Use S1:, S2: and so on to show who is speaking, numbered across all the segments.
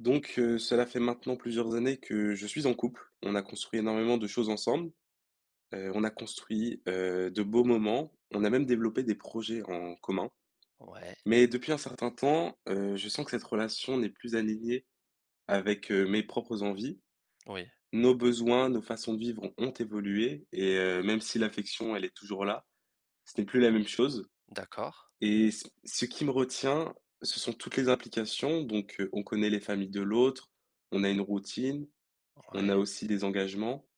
S1: Donc, cela fait maintenant plusieurs années que je suis en couple. On a construit énormément de choses ensemble, on a construit, de beaux moments, on a même développé des projets en commun.
S2: Ouais,
S1: Mais depuis un certain temps, je sens que cette relation n'est plus alignée avec, mes propres envies.
S2: oui,
S1: Nos besoins, nos façons de vivre ont évolué et même si l'affection, elle est toujours là, ce n'est plus la même chose
S2: d'accord,
S1: et ce qui me retient, ce sont toutes les implications. Donc, on connaît les familles de l'autre, on a une routine, on a
S2: ouais,
S1: aussi des engagements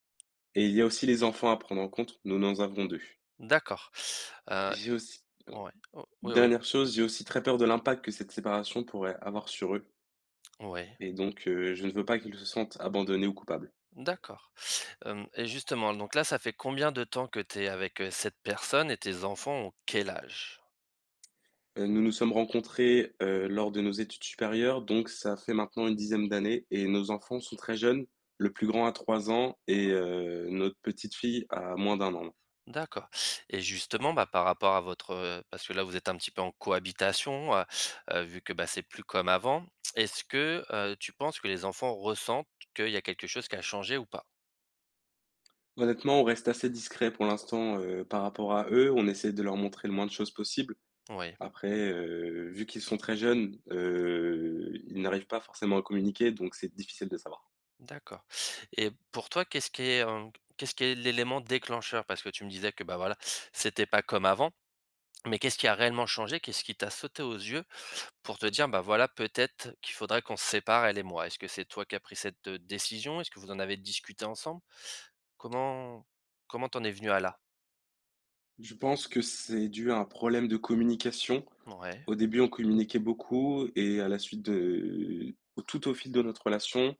S1: et il y a aussi les enfants à prendre en compte, nous en avons 2.
S2: d'accord, heu,
S1: J'ai aussi euh,
S2: ouais, o oui, oui,
S1: dernière chose, j'ai aussi très peur de l'impact que cette séparation pourrait avoir sur eux
S2: ouais,
S1: et donc je ne veux pas qu'ils se sentent abandonnés ou coupables.
S2: d'accord, hem et justement, donc là, ça fait combien de temps que tu es avec, cette personne et tes enfants ont quel âge?
S1: Nous nous sommes rencontrés, lors de nos études supérieures, donc ça fait maintenant une dizaine d'années et nos enfants sont très jeunes. Le plus grand a 3 ans et notre petite fille a moins d'un an.
S2: D'accord et justement, bah, par rapport à votre, parce que là, vous êtes un petit peu en cohabitation, vu que, bah, c'est plus comme avant. Est-ce que, tu penses que les enfants ressentent qu'il y a quelque chose qui a changé ou pas?
S1: Honnêtement, on reste assez discret pour l'instant, par rapport à eux. On essaie de leur montrer le moins de choses possible.
S2: Oui.
S1: Après, vu qu'ils sont très jeunes, ils n'arrivent pas forcément à communiquer, donc c'est difficile de savoir.
S2: D'accord et pour toi, qu'est-ce qui est, qu'est-ce qui est l'élément déclencheur? Parce que tu me disais que, bah, voilà, c'était pas comme avant, mais qu'est-ce qui a réellement changé? Qu'est-ce qui t'a sauté aux yeux pour te dire: «Bah, voilà, peut-être qu'il faudrait qu'on se sépare, elle et moi»? Est-ce que c'est toi qui as pris cette, décision? Est-ce que vous en avez discuté ensemble? Comment comment t'en es venu à là?
S1: Je pense que c'est dû à un problème de communication.
S2: Ouais.
S1: Au début, on communiquait beaucoup et à la suite de tout au fil de notre relation,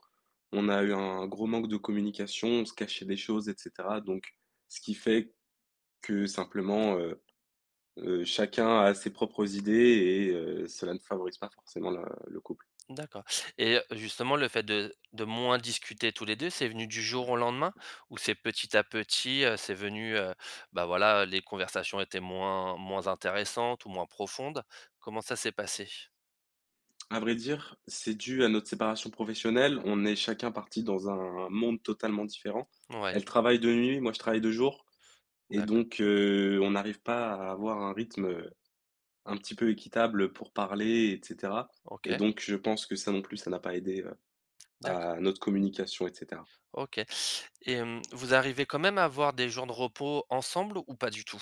S1: on a eu un gros manque de communication, on se cachait des choses et cetera, donc ce qui fait que simplement, chacun a ses propres idées et cela ne favorise pas forcément la le couple.
S2: D'accord et justement le fait de moins discuter tous les 2, c'est venu du jour au lendemain? Ou c'est petit à petit, c'est venu, bah, voilà, les conversations étaient moins intéressantes ou moins profondes? Comment ça s'est passé?
S1: À vrai dire, c'est dû à notre séparation professionnelle. On est chacun parti dans un monde totalement différent.
S2: Ouais,
S1: Elle travaille de nuit, moi je travaille de jour et
S2: d'accord.
S1: donc on n'arrive pas à avoir un rythme, un petit peu équitable pour parler et cetera
S2: OK,
S1: et donc je pense que ça non plus, ça n'a pas aidé,
S2: d'accord.
S1: à notre communication et cetera.
S2: OK et vous arrivez quand même à avoir des jours de repos ensemble ou pas du tout?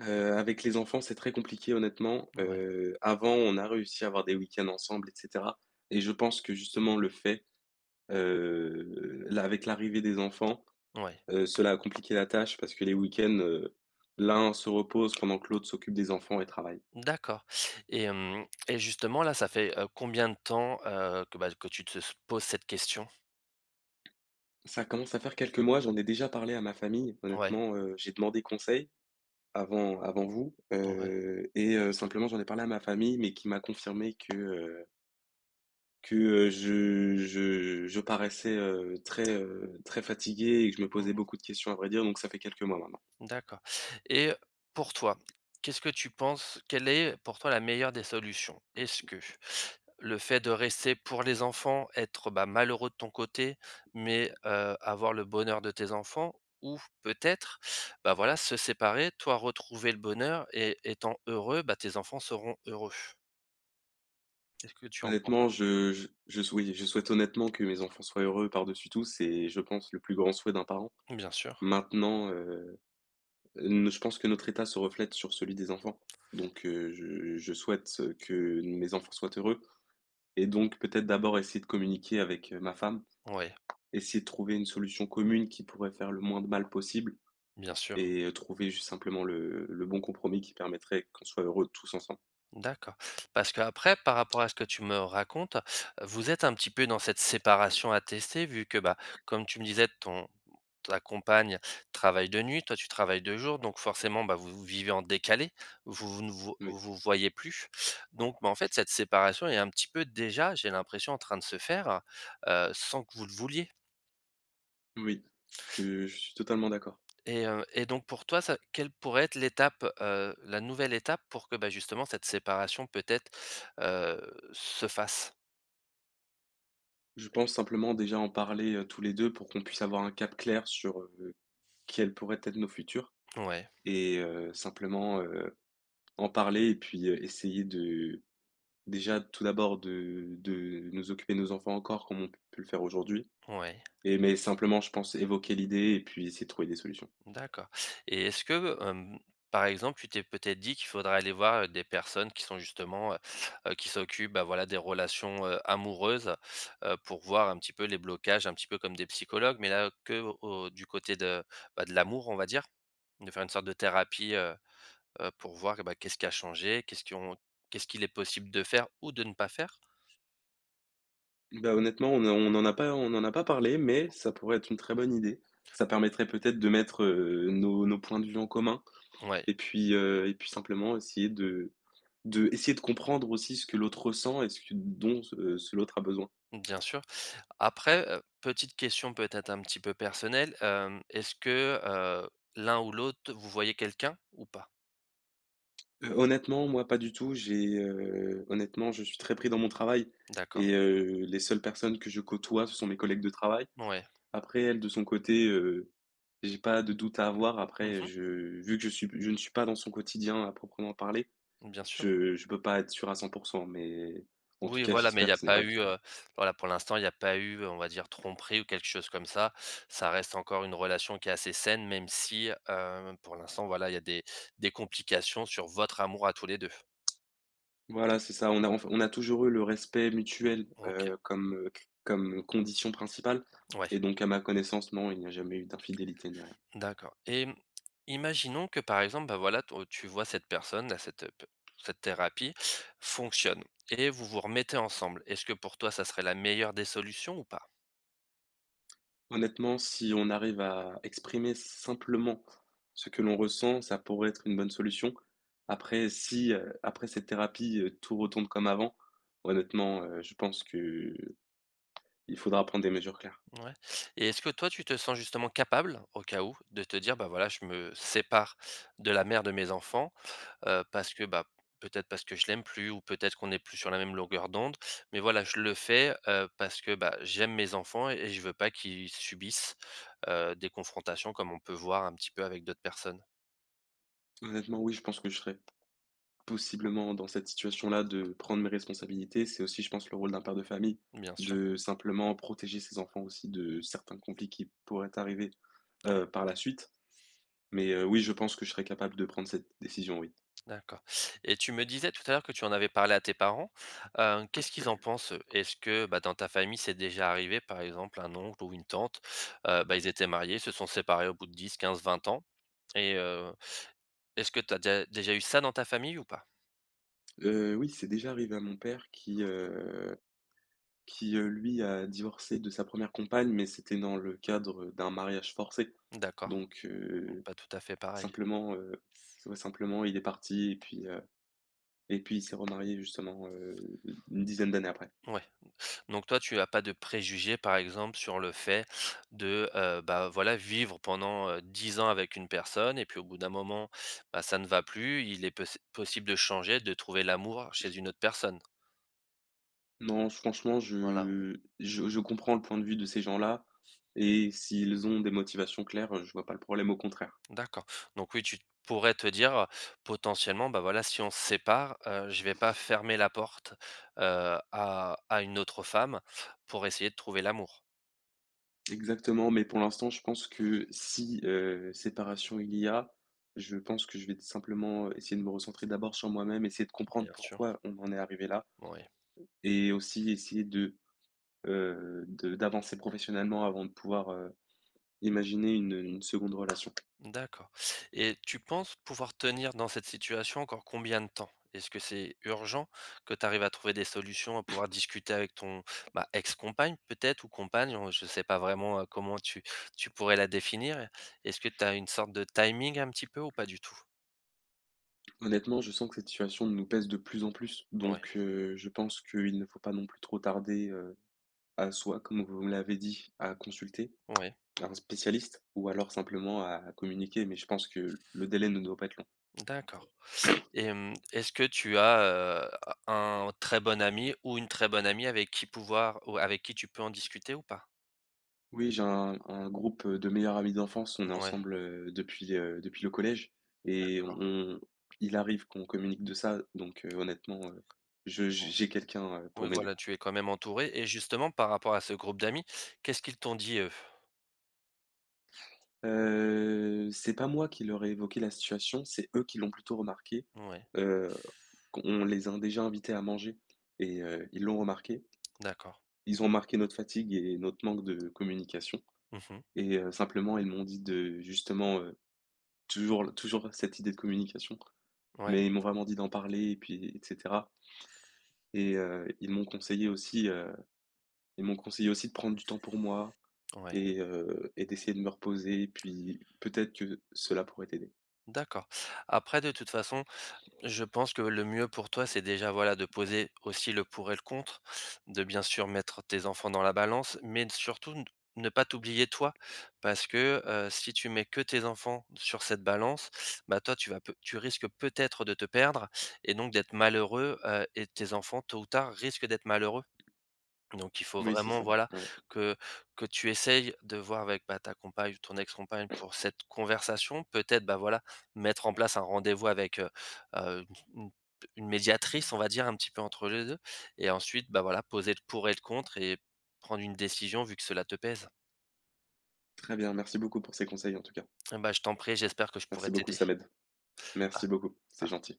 S1: Avec les enfants, c'est très compliqué honnêtement.
S2: Ouais,
S1: Avant, on a réussi à avoir des week-ends ensemble et cetera et je pense que justement le fait, là avec l'arrivée des enfants,
S2: ouais,
S1: Cela a compliqué la tâche parce que les week-ends, l'un se repose pendant que l'autre s'occupe des enfants et travaille.
S2: d'accord et hem et justement là, ça fait, combien de temps, que, bah, que tu te s poses cette question?
S1: Ça commence à faire quelques mois, j'en ai déjà parlé à ma famille.
S2: Ouais,
S1: Honnêtement, j'ai demandé conseil avant vous,
S2: ouais,
S1: et simplement j'en ai parlé à ma famille, mais qui m'a confirmé que, je paraissais, très, très fatigué et que je me posais
S2: mmh.
S1: beaucoup de questions à vrai dire, donc ça fait quelques mois maintenant.
S2: D'accord et pour toi, qu'est-ce que tu penses quelle est pour toi la meilleure des solutions? Est-ce que le fait de rester pour les enfants, être, bah, malheureux de ton côté, mais avoir le bonheur de tes enfants ou peut-être, bah, voilà, se séparer, toi retrouver le bonheur et étant heureux, bah, tes enfants seront heureux? Qu'est-ce que tu en penses?
S1: Honnêtement, je sou oui, je souhaite honnêtement que mes enfants soient heureux par-dessus tout, c'est je pense le plus grand souhait d'un parent.
S2: Bien sûr,
S1: Maintenant, ne je pense que notre état se reflète sur celui des enfants. Donc, je souhaite, que mes enfants soient heureux et donc peut-être d'abord essayer de communiquer avec, ma femme,
S2: ouais,
S1: essayer de trouver une solution commune qui pourrait faire le moins de mal possible
S2: bien sûr.
S1: et trouver juste simplement le bon compromis qui permettrait qu'on soit heureux tous ensemble.
S2: D'accord. Parce que après, par rapport à ce que tu me racontes, vous êtes un petit peu dans cette séparation à tester vu que, bah, comme tu me disais, ton ta compagne travaille de nuit, toi tu travailles de jour, donc forcément bah, vous vivez en décalé, vous vous ne vo-
S1: Oui,
S2: vous voyez plus. Donc bah, en fait cette séparation est un petit peu déjà, j'ai l'impression, en train de se faire sans que vous le vouliez.
S1: oui, je suis totalement d'accord.
S2: Et donc pour toi, ça, quelle pourrait être l'étape, la nouvelle étape pour que bah, justement cette séparation peut-être euh, se fasse?
S1: Je pense simplement déjà en parler, tous les 2 pour qu'on puisse avoir un cap clair sur, quels pourraient être nos futurs
S2: Ouais,
S1: et simplement, en parler et puis, essayer de déjà tout d'abord de nous occuper de nos enfants encore comme on peut le faire aujourd'hui
S2: ouais,
S1: et mais simplement je pense évoquer l'idée et puis essayer de trouver des solutions.
S2: d'accord et est-ce que, par exemple, tu t'es peut-être dit qu'il faudrait aller voir, des personnes qui sont justement, qui s'occupent, bah, voilà, des relations, amoureuses, pour voir un petit peu les blocages, un petit peu comme des psychologues, mais là, que au du côté de, bah, de l'amour, on va dire? De faire une sorte de thérapie, pour voir, bah, qu'est-ce qui a changé? Qu'est-ce qu'il est possible de faire ou de ne pas faire?
S1: Bah, honnêtement on en a pas on n'en a pas parlé mais ça pourrait être une très bonne idée. Ça permettrait peut-être de mettre, nos points de vue en commun
S2: Ouais,
S1: et puis simplement essayer de comprendre aussi ce que l'autre ressent et ce que dont, ce l'autre a besoin.
S2: bien sûr. Après, petite question peut-être un petit peu personnelle, est-ce que, l'un ou l'autre, vous voyez quelqu'un ou pas?
S1: Honnêtement, moi, pas du tout. J'ai, honnêtement, je suis très pris dans mon travail
S2: D'accord.
S1: et les seules personnes que je côtoie, ce sont mes collègues de travail.
S2: Ouais.
S1: Après, elle, de son côté, j'ai pas de doute à avoir. Après,
S2: Mmh.
S1: je vu que je ne suis pas dans son quotidien à proprement parler,
S2: Bien sûr.
S1: je peux pas être sûr à 100%, mais en tout
S2: Oui,
S1: cas,
S2: voilà, mais il n'y
S1: j'espère
S2: a
S1: que ce n'est
S2: pas
S1: pas le
S2: eu,
S1: cas.
S2: voilà, pour l'instant, il n'y a pas eu, on va dire, tromperie ou quelque chose comme ça. Ça reste encore une relation qui est assez saine, même si, pour l'instant, voilà, il y a des complications sur votre amour à tous les 2.
S1: Voilà, c'est ça. On a enf on a toujours eu le respect mutuel,
S2: OK,
S1: comme condition principale
S2: ouais.
S1: et donc à ma connaissance, non, il n'y a jamais eu d'infidélité ni rien.
S2: D'accord et mmh, imaginons que, par exemple, bah, voilà, ton tu vois cette personne, là, cette, p cette thérapie fonctionne et vous vous remettez ensemble. Est-ce que pour toi, ça serait la meilleure des solutions ou pas?
S1: Honnêtement, si on arrive à exprimer simplement ce que l'on ressent, ça pourrait être une bonne solution. Après, si, après cette thérapie, tout retourne comme avant, honnêtement, je pense que il faudra prendre des mesures claires.
S2: Ouais et est-ce que toi, tu te sens justement capable, au cas où, de te dire: «Bah, voilà, je me sépare de la mère de mes enfants» parce que, bah, peut-être parce que je l'aime plus ou peut-être qu'on est plus sur la même longueur d'onde. Mais voilà, je le fais, parce que, bah, j'aime mes enfants et je veux pas qu'ils subissent, des confrontations comme on peut voir un petit peu avec d'autres personnes.
S1: Honnêtement, oui, je pense que je serai. Possiblement dans cette situation-là de prendre mes responsabilités, c'est aussi je pense le rôle d'un père de famille,
S2: Bien sûr,
S1: de simplement protéger ses enfants aussi de certains conflits qui pourraient arriver,
S2: oui,
S1: par la suite. Mais, oui, je pense que je serais capable de prendre cette décision, oui.
S2: d'accord. Et tu me disais tout à l'heure que tu en avais parlé à tes parents, qu'est-ce qu'ils en pensent, eux? Est-ce que, bah, dans ta famille, c'est déjà arrivé, par exemple, un oncle ou une tante, bah, ils étaient mariés, se sont séparés au bout de dix, quinze, vingt ans et est-ce que tu as déjà eu ça dans ta famille ou pas?
S1: Oui, c'est déjà arrivé à mon père qui lui a divorcé de sa première compagne, mais c'était dans le cadre d'un mariage forcé.
S2: D'accord.
S1: Donc,
S2: Pas tout à fait pareil.
S1: simplement, s ouais, simplement il est parti et puis, il s'est remarié justement, une dizaine d'années après.
S2: Ouais. Donc toi, tu as pas de préjugés, par exemple, sur le fait de, bah, voilà, vivre pendant, 10 ans avec une personne et puis au bout d'un moment, bah, ça ne va plus. Il est possible de changer, de trouver l'amour chez une autre personne.
S1: Non, franchement,
S2: Voilà,
S1: je comprends le point de vue de ces gens-là et s'ils ont des motivations claires, je vois pas le problème, au contraire.
S2: d'accord. Donc oui, tu pourrais te dire, potentiellement, bah, voilà, si on se sépare, je vais pas fermer la porte, à une autre femme pour essayer de trouver l'amour.
S1: Exactement, mais pour l'instant, je pense que si, séparation il y a, je pense que je vais simplement essayer de me recentrer d'abord sur moi-même, essayer de comprendre
S2: Bien sûr,
S1: pourquoi on en est arrivé là
S2: oui.
S1: et aussi essayer de d'avancer professionnellement avant de pouvoir, imaginer une seconde relation.
S2: D'accord et tu penses pouvoir tenir dans cette situation encore combien de temps? Est-ce que c'est urgent que tu arrives à trouver des solutions, à pouvoir discuter avec ton, bah, ex-compagne peut-être ou compagne? On je ne sais pas vraiment, comment tu pourrais la définir. Est-ce que tu as une sorte de timing un petit peu ou pas du tout?
S1: Honnêtement, je sens que cette situation nous pèse de plus en plus.
S2: Ouais,
S1: Donc, je pense qu'il ne faut pas non plus trop tarder, à soit, comme vous me l'avez dit, à consulter
S2: ouais,
S1: un spécialiste ou alors simplement à communiquer. Mais je pense que le délai ne doit pas être long.
S2: d'accord et est-ce que tu as, un très bon ami ou une très bonne amie avec qui pouvoir ou avec qui tu peux en discuter ou pas?
S1: Oui, j'ai un groupe de meilleurs amis d'enfance. On est
S2: Ouais,
S1: ensemble, depuis le collège et
S2: d'accord.
S1: on il arrive qu'on communique de ça. Donc, honnêtement, je j'ai quelqu'un,
S2: Oui,
S1: pour m'aider.
S2: voilà, tu es quand même entouré et justement par rapport à ce groupe d'amis, qu'est-ce qu'ils t'ont dit, eux?
S1: C'est pas moi qui leur ai évoqué la situation, c'est eux qui l'ont plutôt remarqué,
S2: Ouais,
S1: heu, qu'on les a déjà invités à manger et ils l'ont remarqué.
S2: d'accord.
S1: Ils ont remarqué notre fatigue et notre manque de communication
S2: Mmh mh.
S1: et simplement, ils m'ont dit de justement, toujours cette idée de communication,
S2: Ouais,
S1: mais ils m'ont vraiment dit d'en parler et puis et cetera et ils m'ont conseillé aussi, ils m'ont conseillé aussi, de prendre du temps pour moi
S2: ouais,
S1: et d'essayer de me reposer et puis peut-être que cela pourrait t'aider.
S2: d'accord. Après de toute façon, je pense que le mieux pour toi, c'est déjà, voilà, de poser aussi le pour et le contre, de bien sûr mettre tes enfants dans la balance, mais surtout ne pas t'oublier toi. Parce que, si tu mets que tes enfants sur cette balance, bah, toi tu risques peut-être de te perdre et donc d'être malheureux, et tes enfants tôt ou tard risquent d'être malheureux. Donc il faut
S1: Oui, c'est
S2: vraiment,
S1: ça,
S2: voilà,
S1: ouais.
S2: que que tu essayes de voir avec, bah, ta compagne ou ton ex-compagne pour cette conversation. Peut-être, bah, voilà, mettre en place un rendez-vous avec, heu, une une une médiatrice, on va dire, un petit peu entre les 2 et ensuite, bah, voilà, poser le pour et le contre et prendre une décision vu que cela te pèse.
S1: Très bien, merci beaucoup pour ces conseils en tout cas.
S2: Eh Bah, je t'en prie, j'espère que je pourrai
S1: Merci beaucoup,
S2: t'aider.
S1: ça m'aide. Merci
S2: Pa
S1: beaucoup, c'est
S2: par
S1: gentil.